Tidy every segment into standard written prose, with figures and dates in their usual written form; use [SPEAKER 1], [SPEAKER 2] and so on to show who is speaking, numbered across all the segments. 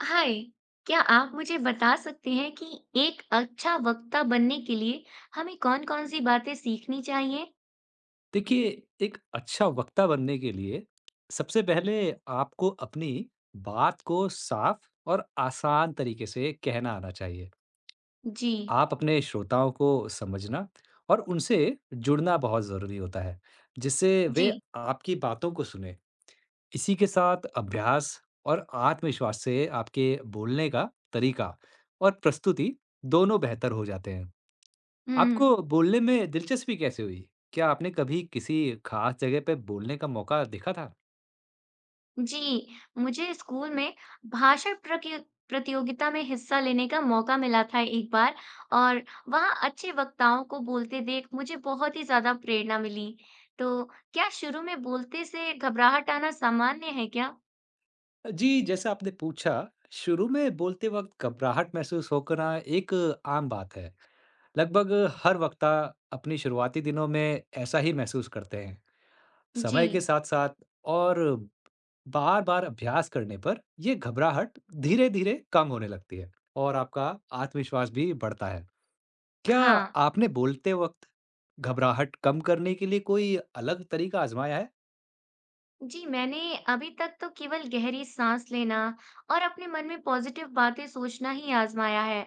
[SPEAKER 1] हाय। क्या आप मुझे बता सकते हैं कि एक अच्छा वक्ता बनने के लिए हमें कौन-कौन सी बातें सीखनी चाहिए।
[SPEAKER 2] देखिए, एक अच्छा वक्ता बनने के लिए सबसे पहले आपको अपनी बात को साफ और आसान तरीके से कहना आना चाहिए।
[SPEAKER 1] जी।
[SPEAKER 2] आप अपने श्रोताओं को समझना और उनसे जुड़ना बहुत ज़रूरी होता है, जिससे
[SPEAKER 1] जी।
[SPEAKER 2] वे आपकी बातों को सुनें। इसी के साथ अभ्यास और आत्मविश्वास से आपके बोलने का तरीका और प्रस्तुति दोनों बेहतर हो जाते हैं।
[SPEAKER 1] हम्म।
[SPEAKER 2] आपको बोलने में दिलचस्पी कैसे हुई? क्या आपने कभी किसी खास जगह पे बोलने का मौका देखा था?
[SPEAKER 1] जी, मुझे स्कूल में भाषण प्रतियोगिता में हिस्सा लेने का मौका मिला था एक बार। और वहाँ अच्छे वक्ताओं को बोलते देख मुझे बहुत ही ज्यादा प्रेरणा मिली। तो क्या शुरू में बोलते से घबराहट आना सामान्य है क्या।
[SPEAKER 2] जी, जैसा आपने पूछा, शुरू में बोलते वक़्त घबराहट महसूस हो करना एक आम बात है। लगभग हर वक्ता अपनी शुरुआती दिनों में ऐसा ही महसूस करते हैं।
[SPEAKER 1] जी।
[SPEAKER 2] समय के साथ-साथ और बार-बार अभ्यास करने पर ये घबराहट धीरे-धीरे कम होने लगती है और आपका आत्मविश्वास भी बढ़ता है। क्या
[SPEAKER 1] हाँ।
[SPEAKER 2] आपने बोलते वक़्त घबराहट कम करने के लिए कोई अलग तरीका आज़माया है?
[SPEAKER 1] जी, मैंने अभी तक तो केवल गहरी साँस लेना और अपने मन में पॉजिटिव बातें सोचना ही आज़माया है।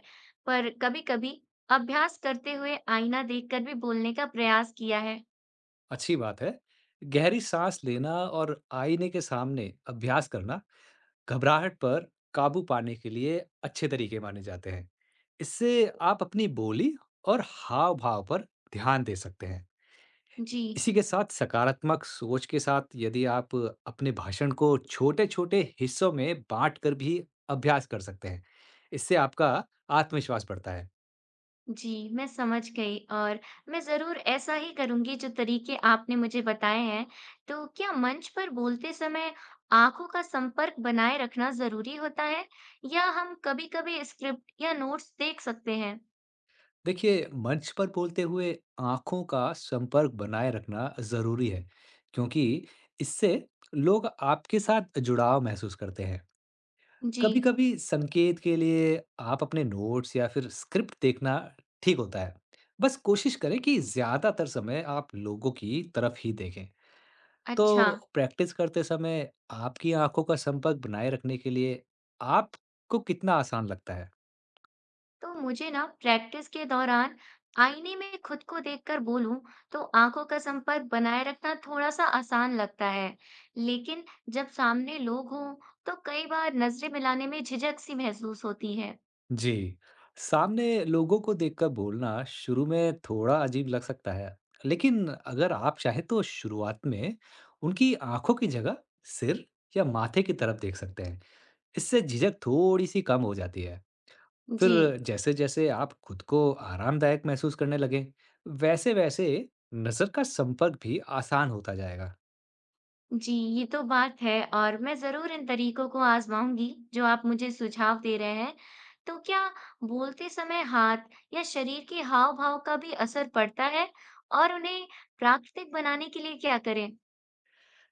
[SPEAKER 1] पर कभी-कभी अभ्यास करते हुए आईना देखकर भी बोलने का प्रयास किया है।
[SPEAKER 2] अच्छी बात है। गहरी साँस लेना और आईने के सामने अभ्यास करना घबराहट पर काबू पाने के लिए अच्छे तरीके माने जाते हैं। इससे आप अपनी बोली और हाव-भाव पर ध्यान दे सकते हैं।
[SPEAKER 1] जी।
[SPEAKER 2] इसी के साथ सकारात्मक सोच के साथ यदि आप अपने भाषण को छोटे-छोटे हिस्सों में बाँट कर भी अभ्यास कर सकते हैं। इससे आपका आत्मविश्वास बढ़ता है।
[SPEAKER 1] जी, मैं समझ गई। और मैं ज़रूर ऐसा ही करूँगी जो तरीके आपने मुझे बताए हैं। तो क्या मंच पर बोलते समय आँखों का संपर्क बनाए रखना ज़रूरी होता है या हम कभी-कभी स्क्रिप्ट या नोट्स देख सकते हैं?
[SPEAKER 2] देखिए, मंच पर बोलते हुए आंखों का संपर्क बनाए रखना जरूरी है क्योंकि इससे लोग आपके साथ जुड़ाव महसूस करते हैं।
[SPEAKER 1] जी।
[SPEAKER 2] कभी-कभी संकेत के लिए आप अपने नोट्स या फिर स्क्रिप्ट देखना ठीक होता है। बस कोशिश करें कि ज्यादातर समय आप लोगों की तरफ ही देखें। तो
[SPEAKER 1] अच्छा।
[SPEAKER 2] प्रैक्टिस करते समय आपकी आंखों का संपर्क बनाए रखने के लिए आपको कितना आसान लगता है?
[SPEAKER 1] तो मुझे ना प्रैक्टिस के दौरान आईने में खुद को देखकर बोलूं तो आंखों का संपर्क बनाए रखना थोड़ा सा आसान लगता है। लेकिन जब सामने लोग हों तो कई बार नजरें मिलाने में झिझक सी महसूस होती है।
[SPEAKER 2] जी, सामने लोगों को देखकर बोलना शुरू में थोड़ा अजीब लग सकता है, लेकिन अगर आप चाहें तो शुरुआत में उनकी आंखों की जगह सिर या माथे की तरफ देख सकते हैं। इससे झिझक थोड़ी सी कम हो जाती है। फिर
[SPEAKER 1] जी।
[SPEAKER 2] जैसे-जैसे आप खुद को आरामदायक महसूस करने लगें, वैसे-वैसे नज़र का संपर्क भी आसान होता जाएगा।
[SPEAKER 1] जी, ये तो बात है और मैं जरूर इन तरीकों को आजमाऊंगी जो आप मुझे सुझाव दे रहे हैं। तो क्या बोलते समय हाथ या शरीर के हाव भाव का भी असर पड़ता है और उन्हें प्राकृतिक बनाने के लिए क्या करें।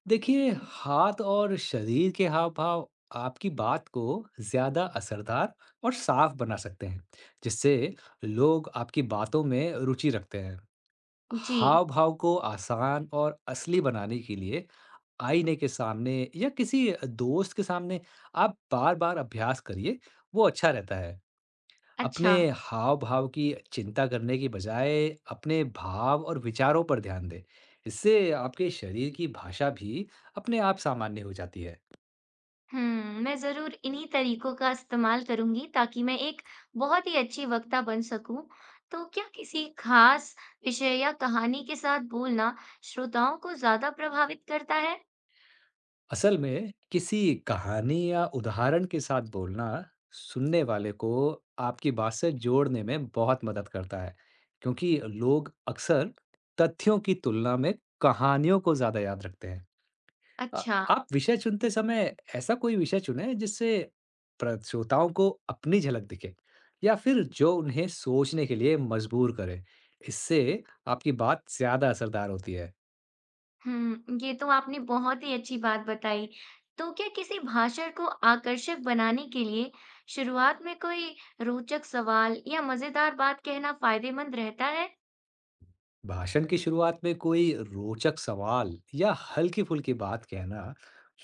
[SPEAKER 2] देखिए, हाथ और शरीर के हाव भाव आपकी बात को ज्यादा असरदार और साफ बना सकते हैं, जिससे लोग आपकी बातों में रुचि रखते हैं।
[SPEAKER 1] जी।
[SPEAKER 2] हाव भाव को आसान और असली बनाने के लिए आईने के सामने या किसी दोस्त के सामने आप बार बार अभ्यास करिए, वो अच्छा रहता है। अपने
[SPEAKER 1] अच्छा।
[SPEAKER 2] हाव-भाव की चिंता करने की बजाय अपने भाव और विचारों पर ध्यान दें। इससे आपके शरीर की भाषा भी अपने आप सामान्य हो जाती है।
[SPEAKER 1] हुँ, मैं ज़रूर इन्हीं तरीकों का इस्तेमाल करूँगी ताकि मैं एक बहुत ही अच्छी वक्ता बन सकूँ। तो क्या किसी ख़ास विषय या कहानी के साथ बोलना श्रोताओं को ज़्यादा प्रभावित करता है?
[SPEAKER 2] असल में किसी कहानी या उदाहरण के साथ बोलना सुनने वाले को आपकी बात से जोड़ने में बहुत मदद करता है, क्योंकि लोग अक्सर तथ्यों की तुलना में कहानियों को ज़्यादा याद रखते हैं। अ,
[SPEAKER 1] अच्छा।
[SPEAKER 2] आप विषय चुनते समय ऐसा कोई विषय चुनें जिससे प्र श्रोताओं को अपनी झलक दिखे या फिर जो उन्हें सोचने के लिए मजबूर करे। इससे आपकी बात ज़्यादा असरदार होती है।
[SPEAKER 1] हुँ, ये तो आपने बहुत ही अच्छी बात बताई। तो क्या किसी भाषण को आकर्षक बनाने के लिए शुरुआत में कोई रोचक सवाल या मज़ेदार बात कहना फ़ायदेमंद रहता है?
[SPEAKER 2] भाषण की शुरुआत में कोई रोचक सवाल या हल्की-फुल्की बात कहना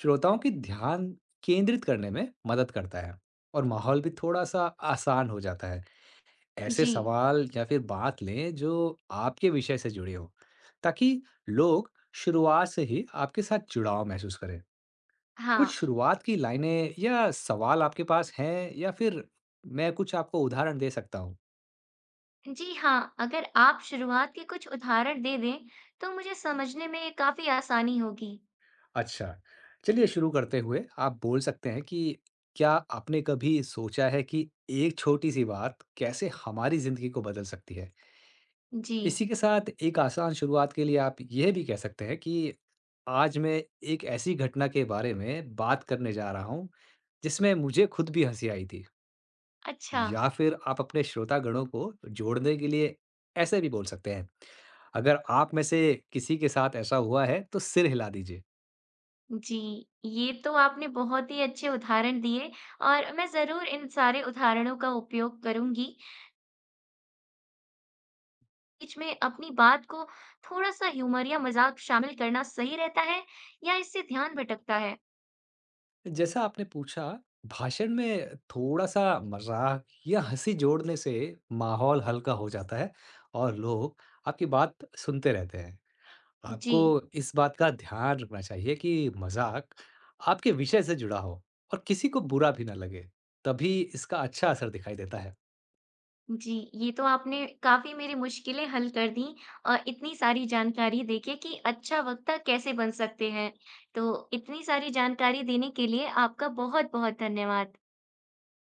[SPEAKER 2] श्रोताओं की ध्यान केंद्रित करने में मदद करता है और माहौल भी थोड़ा-सा आसान हो जाता है। ऐसे
[SPEAKER 1] जी।
[SPEAKER 2] सवाल या फिर बात लें जो आपके विषय से जुड़े हो, ताकि लोग शुरुआत से ही आपके साथ जुड़ाव महसूस करें। कुछ
[SPEAKER 1] हाँ।
[SPEAKER 2] शुरुआत की लाइनें या सवाल आपके पास हैं, या फिर मैं कुछ आपको उदाहरण दे सकता हूँ?
[SPEAKER 1] जी हाँ, अगर आप शुरुआत के कुछ उदाहरण दे दें, तो मुझे समझने में काफी आसानी होगी।
[SPEAKER 2] अच्छा, चलिए शुरू करते हुए आप बोल सकते हैं कि क्या आपने कभी सोचा है कि एक छोटी सी बात कैसे हमारी जिंदगी को बदल सकती है।
[SPEAKER 1] जी।
[SPEAKER 2] इसी के साथ एक आसान शुरुआत के लिए आप यह भी कह सकते हैं कि आज मैं एक ऐसी घटना के बारे में बात करने जा रहा हूँ जिसमें मुझे खुद भी हंसी आई थी।
[SPEAKER 1] अच्छा।
[SPEAKER 2] या फिर आप अपने श्रोतागणों को जोड़ने के लिए ऐसे भी बोल सकते हैं, अगर आप में से किसी के साथ ऐसा हुआ है तो सिर हिला दीजिए।
[SPEAKER 1] जी, ये तो आपने बहुत ही अच्छे उदाहरण दिए और मैं जरूर इन सारे उदाहरणों का उपयोग करूंगी। बीच में अपनी बात को थोड़ा सा ह्यूमर या मजाक शामिल करना सही रहता है या इससे ध्यान भटकता है?
[SPEAKER 2] जैसा आपने पूछा, भाषण में थोड़ा सा मजाक या हंसी जोड़ने से माहौल हल्का हो जाता है और लोग आपकी बात सुनते रहते हैं।
[SPEAKER 1] जी।
[SPEAKER 2] आपको इस बात का ध्यान रखना चाहिए कि मज़ाक आपके विषय से जुड़ा हो और किसी को बुरा भी ना लगे, तभी इसका अच्छा असर दिखाई देता है।
[SPEAKER 1] जी, ये तो आपने काफ़ी मेरी मुश्किलें हल कर दी। इतनी सारी जानकारी देके कि अच्छा वक्ता कैसे बन सकते हैं। तो इतनी सारी जानकारी देने के लिए आपका बहुत-बहुत धन्यवाद।